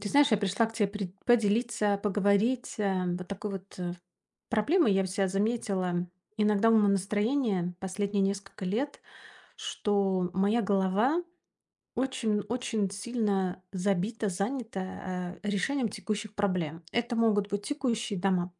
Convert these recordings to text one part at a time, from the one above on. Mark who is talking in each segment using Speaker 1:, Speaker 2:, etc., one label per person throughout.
Speaker 1: Ты знаешь, я пришла к тебе поделиться, поговорить. Вот такой вот проблемой я вся заметила. Иногда у меня настроение последние несколько лет, что моя голова очень-очень сильно забита, занята решением текущих проблем. Это могут быть текущие дома,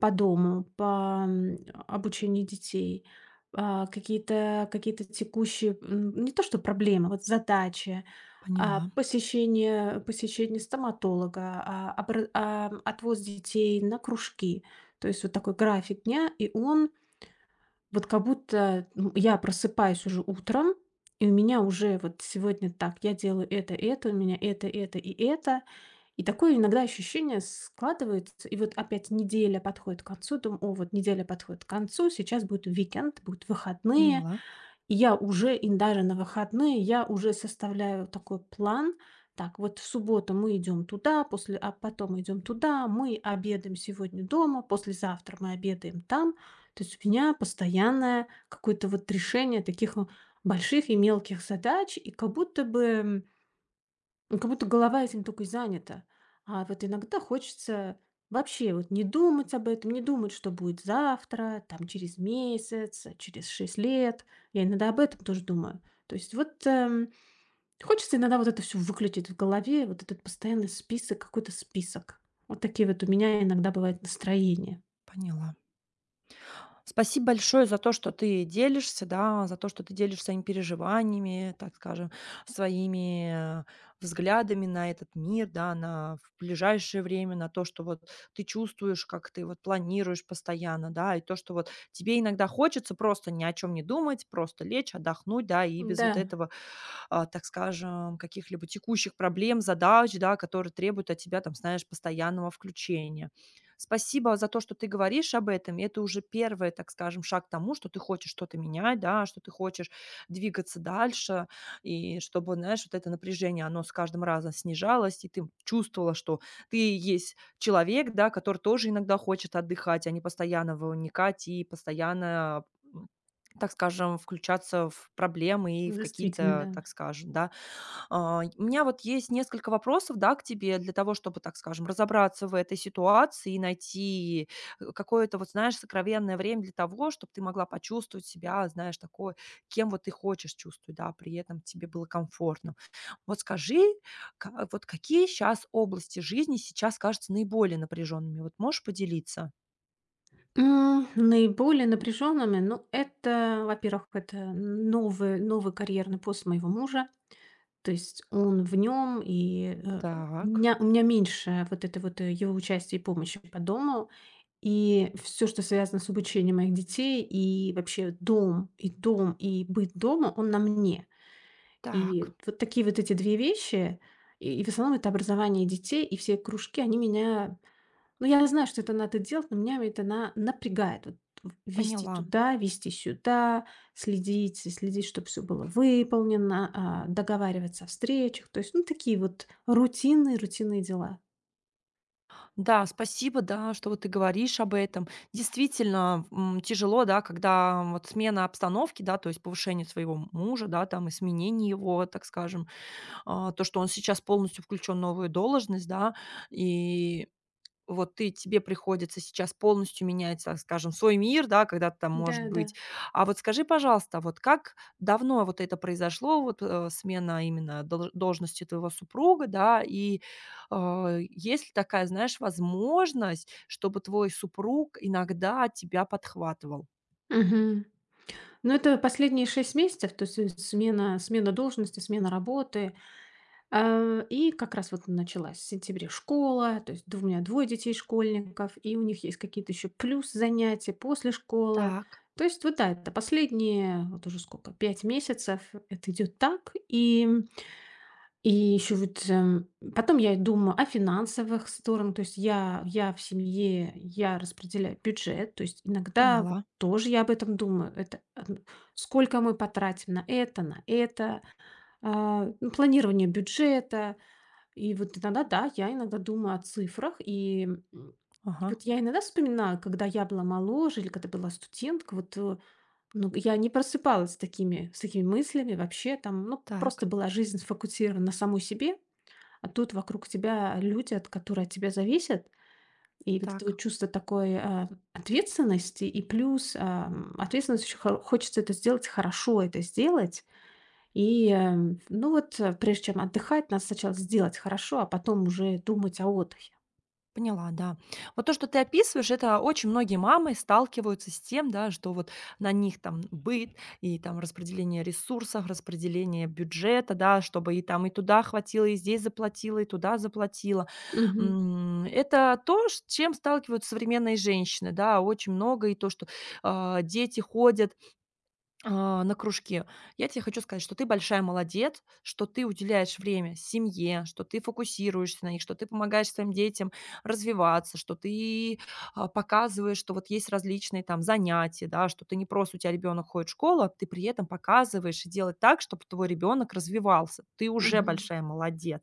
Speaker 1: по дому, по, м, обучению детей, какие-то текущие, не то что проблемы, вот задачи,
Speaker 2: Поняла,
Speaker 1: посещение стоматолога, отвоз детей на кружки. То есть вот такой график дня, и он вот как будто, я просыпаюсь уже утром, и у меня уже вот сегодня так, я делаю это, у меня это, это. И такое иногда ощущение складывается, и вот опять неделя подходит к концу, думаю, о, вот неделя подходит к концу, сейчас будет уикенд, будут выходные,
Speaker 2: поняла,
Speaker 1: и я уже, и даже на выходные, я уже составляю такой план. Так, вот в субботу мы идем туда, после, а потом идем туда, мы обедаем сегодня дома, послезавтра мы обедаем там. То есть у меня постоянное какое-то вот решение таких, ну, больших и мелких задач, и как будто бы, ну, как будто голова этим только и занята. А вот иногда хочется вообще вот не думать об этом, не думать, что будет завтра, там через месяц, а через 6 лет. Я иногда об этом тоже думаю. То есть вот, хочется иногда вот это все выключить в голове, вот этот постоянный список, какой-то список. Вот такие вот у меня иногда бывают настроения.
Speaker 2: поняла. Спасибо большое за то, что ты делишься, да, за то, что ты делишься своими переживаниями, так скажем, своими взглядами на этот мир, да, на в ближайшее время, на то, что вот ты чувствуешь, как ты вот планируешь постоянно, да, и то, что вот тебе иногда хочется просто ни о чем не думать, просто лечь, отдохнуть, да, и без
Speaker 1: Да,
Speaker 2: вот этого так скажем, каких-либо текущих проблем, задач, да, которые требуют от тебя, там, знаешь, постоянного включения. Спасибо за то, что ты говоришь об этом. Это уже первый, так скажем, шаг к тому, что ты хочешь что-то менять, да, что ты хочешь двигаться дальше, и чтобы, знаешь, вот это напряжение, оно с каждым разом снижалось, и ты чувствовала, что ты есть человек, да, который тоже иногда хочет отдыхать, а не постоянно выникать и постоянно так скажем, включаться в проблемы и в
Speaker 1: действительно,
Speaker 2: какие-то,
Speaker 1: да.
Speaker 2: так скажем, да. У меня вот есть несколько вопросов, да, к тебе для того, чтобы, так скажем, разобраться в этой ситуации и найти какое-то, вот знаешь, сокровенное время для того, чтобы ты могла почувствовать себя, знаешь, такой, кем вот ты хочешь чувствовать, да, при этом тебе было комфортно. Вот скажи, вот какие сейчас области жизни сейчас кажутся наиболее напряженными? Вот можешь поделиться?
Speaker 1: Наиболее напряженными, ну, это, во-первых, это новый карьерный пост моего мужа. То есть он в нем, и, у
Speaker 2: Так,
Speaker 1: меня у меня меньше вот этой вот, его участия и помощи по дому. И все, что связано с обучением моих детей, и вообще дом, и дом, и быт дома, он на мне. И
Speaker 2: так,
Speaker 1: вот такие вот эти 2 вещи, и в основном это образование детей, и все кружки, они меня, ну, я знаю, что это надо делать, но меня это на напрягает. Вот в вести
Speaker 2: поняла.
Speaker 1: туда, вести сюда, следить, следить, чтобы все было выполнено, договариваться о встречах. То есть, ну, такие вот рутинные рутинные дела.
Speaker 2: Да, спасибо, да, что вот ты говоришь об этом. Действительно, тяжело, да, когда вот смена обстановки, да, то есть повышение своего мужа, да, там и сменение его, так скажем, то, что он сейчас полностью включен в новую должность, да, и вот ты тебе приходится сейчас полностью менять, так скажем, свой мир, да, когда ты там, может
Speaker 1: Да-да.
Speaker 2: быть. А вот скажи, пожалуйста, вот как давно вот это произошло, вот, смена именно должности твоего супруга, да? Есть ли такая, знаешь, возможность, чтобы твой супруг иногда тебя подхватывал?
Speaker 1: Мгм. Ну, это последние 6 месяцев, то есть, смена смена должности, смена работы. И как раз вот началась в сентябре школа, то есть д у меня двое детей-школьников, и у них есть какие-то еще плюс занятия после школы.
Speaker 2: Так,
Speaker 1: То есть вот, да, это последние вот уже сколько, 5 месяцев это идет так. И, еще вот, потом я и думаю о финансовых сторонах. То есть я в семье, я распределяю бюджет. То есть иногда вот
Speaker 2: поняла.
Speaker 1: тоже я об этом думаю. Это, сколько мы потратим на это, ну, планирование бюджета. И вот иногда, да, я иногда думаю о цифрах, и
Speaker 2: Ага,
Speaker 1: вот я иногда вспоминаю, когда я была моложе или когда была студентка, вот, ну, я не просыпалась с такими мыслями вообще, там, ну, просто
Speaker 2: так
Speaker 1: была жизнь сфокусирована на самой себе, а тут вокруг тебя люди, от которые от тебя зависят, и вот это вот
Speaker 2: так.
Speaker 1: чувство такой, ответственности, и плюс ответственность, очень хочется это сделать хорошо, это сделать, и, ну вот, прежде чем отдыхать, надо сначала сделать хорошо, а потом уже думать о отдыхе.
Speaker 2: Поняла, да. Вот то, что ты описываешь, это очень многие мамы сталкиваются с тем, да, что вот на них там быт и там распределение ресурсов, распределение бюджета, да, чтобы и там и туда хватило, и здесь заплатила, и туда заплатила.
Speaker 1: Мгм.
Speaker 2: Это то, с чем сталкиваются современные женщины, да, очень много, и то, что дети ходят на кружке. Я тебе хочу сказать, что ты большая молодец, что ты уделяешь время семье, что ты фокусируешься на них, что ты помогаешь своим детям развиваться, что ты показываешь, что вот есть различные там занятия, да, что ты не просто у тебя ребенок ходит в школу, а ты при этом показываешь и делаешь так, чтобы твой ребенок развивался. Ты уже
Speaker 1: Мгм.
Speaker 2: большая молодец.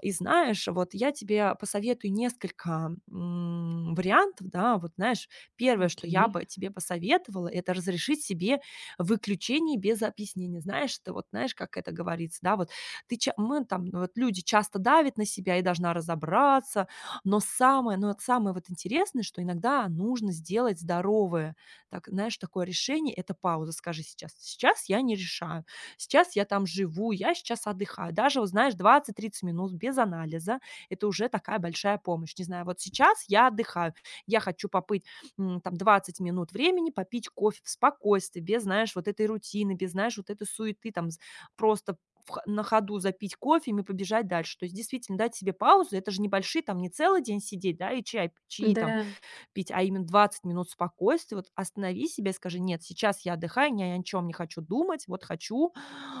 Speaker 2: И знаешь, вот я тебе посоветую несколько, вариантов, да. Вот знаешь, первое, что я
Speaker 1: Окей.
Speaker 2: бы тебе посоветовала- это разрешить себе выключение без объяснения. Знаешь, это вот, знаешь, как это говорится, да, вот ты ча мы там, ну, вот люди часто давят на себя и должна разобраться, но вот самое вот интересное, что иногда нужно сделать здоровое, так, знаешь, такое решение- это пауза. Скажи сейчас: "Сейчас я не решаю". Сейчас я там живу, я сейчас отдыхаю. Даже, вот знаешь, 20-30 минут без анализа- это уже такая большая помощь. Не знаю, вот сейчас я отдыхаю, я хочу попыть, там 20 минут времени, попить кофе в спокойствии, без, знаешь, вот этой рутины, без, знаешь, вот этой суеты, там з просто в х на ходу запить кофе и побежать дальше. То есть действительно дать себе паузу. Это же небольшие там не целый день сидеть, да, и чай чаи там
Speaker 1: Да.
Speaker 2: пить, а именно 20 минут спокойствия. Вот останови себя и скажи: "Нет, сейчас я отдыхаю, я ни о чем не хочу думать, вот хочу,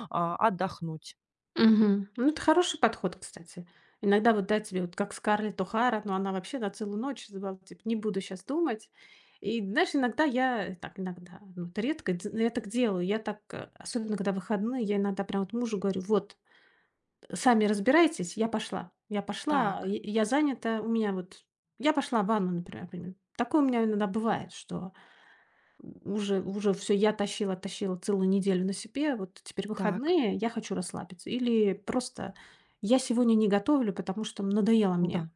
Speaker 2: отдохнуть".
Speaker 1: Мгм. Ну, это хороший подход, кстати. Иногда вот, дать тебе вот как Скарлетт О'Хара, но она вообще на целую ночь забыла, типа, не буду сейчас думать. И, знаешь, иногда я, так, иногда, ну, это редко, я так делаю, я так, особенно когда выходные, я иногда прям вот мужу говорю, вот, сами разбирайтесь, я пошла. Я пошла,
Speaker 2: Так,
Speaker 1: я занята, у меня вот я пошла в ванну, например, пример. Такое у меня иногда бывает, что уже все, я тащила тащила целую неделю на себе, вот теперь
Speaker 2: так.
Speaker 1: выходные, я хочу расслабиться. Или просто я сегодня не готовлю, потому что надоело
Speaker 2: Да,
Speaker 1: мне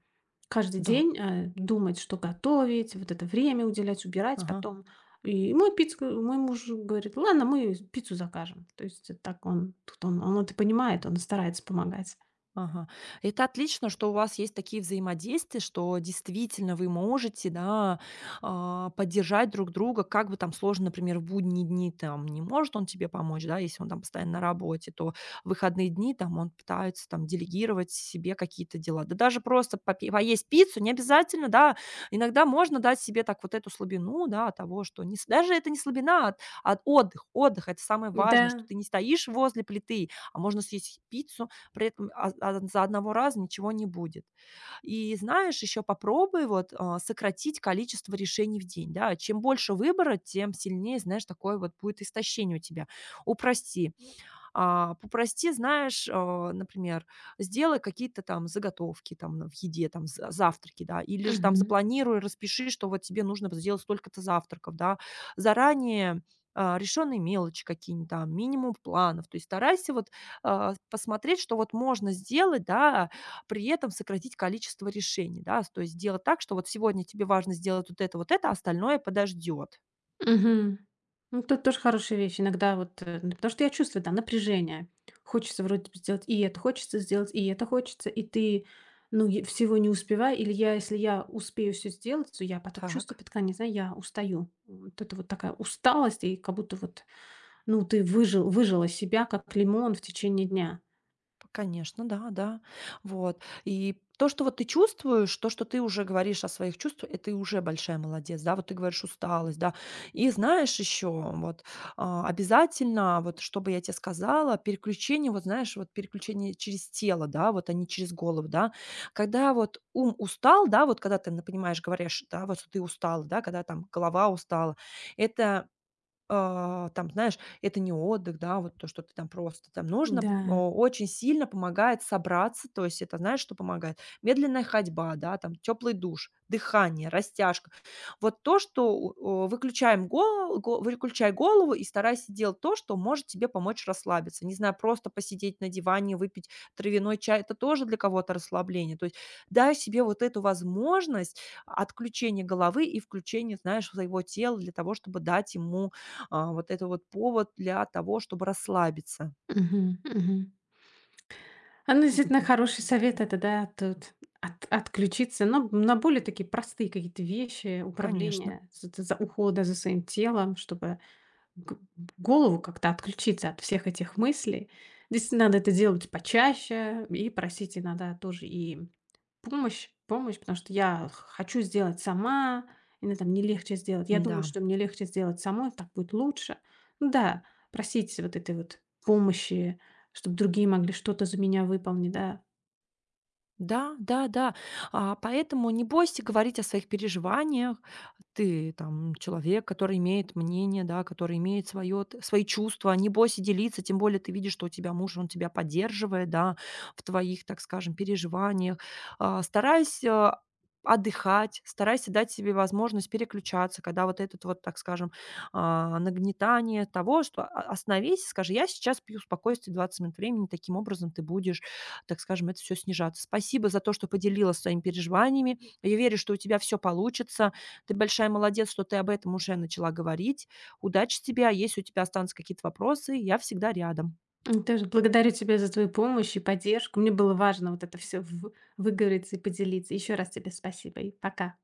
Speaker 1: каждый
Speaker 2: да,
Speaker 1: день, думать, что готовить, вот это время уделять, убирать
Speaker 2: ага.
Speaker 1: потом. И мой муж говорит: «Ладно, мы пиццу закажем». То есть, так он это понимает, он старается помогать.
Speaker 2: Ага. Это отлично, что у вас есть такие взаимодействия, что действительно вы можете, да, поддержать друг друга. Как бы там сложно, например, в будние дни там не может он тебе помочь, да, если он там постоянно на работе, то в выходные дни там он пытается там делегировать себе какие-то дела. Да даже просто поесть пиццу не обязательно, да. Иногда можно дать себе так вот эту слабину, да, от того, что не, даже это не слабина, а отдых. Отдых– это самое важное, что
Speaker 1: Да.
Speaker 2: ты не стоишь возле плиты, а можно съесть пиццу, при этом за одного раза ничего не будет. И знаешь, еще попробуй вот, сократить количество решений в день, да. Чем больше выбора, тем сильнее, знаешь, такое вот будет истощение у тебя. Упрости. Попрости, знаешь, например, сделай какие-то там заготовки там на в еде, там за завтраки, да, или же там
Speaker 1: Мгм.
Speaker 2: запланируй, распиши, что вот тебе нужно сделать столько-то завтраков, да. Заранее, решенные мелочи какие-нибудь там, минимум планов. То есть старайся вот, посмотреть, что вот можно сделать, да, при этом сократить количество решений, да. То есть сделать так, что вот сегодня тебе важно сделать вот это, а остальное подождет.
Speaker 1: Мгм. Ну, тут тоже хорошая вещь. Иногда вот, ну, потому что я чувствую, да, напряжение. Хочется вроде бы сделать, и это хочется сделать, и это хочется, и ты, ну, всего не успевай. Или я, если я успею все сделать, то я потом чувствую
Speaker 2: Так.
Speaker 1: под конец, знаю, я устаю. Вот это вот такая усталость, и как будто вот, ну, ты выжила себя, как лимон в течение дня.
Speaker 2: Конечно, да, да. Вот. И то, что вот ты чувствуешь, то, что ты уже говоришь о своих чувствах, это и уже большая молодец, да. Вот ты говоришь усталость, да. И знаешь еще, вот, обязательно, вот чтобы я тебе сказала, переключение, вот знаешь, вот переключение через тело, да, вот, а не через голову, да. Когда вот ум устал, да, вот когда ты, н понимаешь, говоришь, да, вот что ты устала, да, когда там голова устала, это там, знаешь, это не отдых, да, вот то, что ты там просто там нужно,
Speaker 1: Да.
Speaker 2: очень сильно помогает собраться, то есть это, знаешь, что помогает? Медленная ходьба, да, там теплый душ, дыхание, растяжка. Вот то, что выключаем голову, выключай голову и старайся делать то, что может тебе помочь расслабиться. Не знаю, просто посидеть на диване, выпить травяной чай, это тоже для кого-то расслабление. То есть дай себе вот эту возможность отключения головы и включения, знаешь, своего тела для того, чтобы дать ему вот это вот повод для того, чтобы расслабиться.
Speaker 1: Мгм. Мгм. А, ну, действительно, хороший совет — это, да, тут от отключиться, но на более такие простые какие-то вещи,
Speaker 2: Конечно,
Speaker 1: управление, з за за ухода за своим телом, чтобы г голову как-то отключиться от всех этих мыслей. Действительно, надо это делать почаще и просить иногда тоже и помощь, помощь, потому что я х хочу сделать сама, иногда мне легче сделать. Я думаю,
Speaker 2: да.
Speaker 1: что мне легче сделать самой, так будет лучше. Ну да, просить вот этой вот помощи, чтобы другие могли что-то за меня выполнить, да.
Speaker 2: Да, да, да. Поэтому не бойся говорить о своих переживаниях. Ты там человек, который имеет мнение, да, который имеет свое, свои чувства. Не бойся делиться, тем более ты видишь, что у тебя муж, он тебя поддерживает, да, в твоих, так скажем, переживаниях. Старайся отдыхать, старайся дать себе возможность переключаться, когда вот этот вот, так скажем, нагнетание того, что остановись, и скажи, я сейчас пью спокойствие 20 минут времени, таким образом ты будешь так скажем, это все снижаться. Спасибо за то, что поделилась своими переживаниями. Я верю, что у тебя все получится. Ты большая молодец, что ты об этом уже начала говорить. Удачи тебе, а если у тебя останутся какие-то вопросы, я всегда рядом.
Speaker 1: Тоже благодарю тебя за твою помощь и поддержку. Мне было важно вот это все выговориться и поделиться. Еще раз тебе спасибо и пока.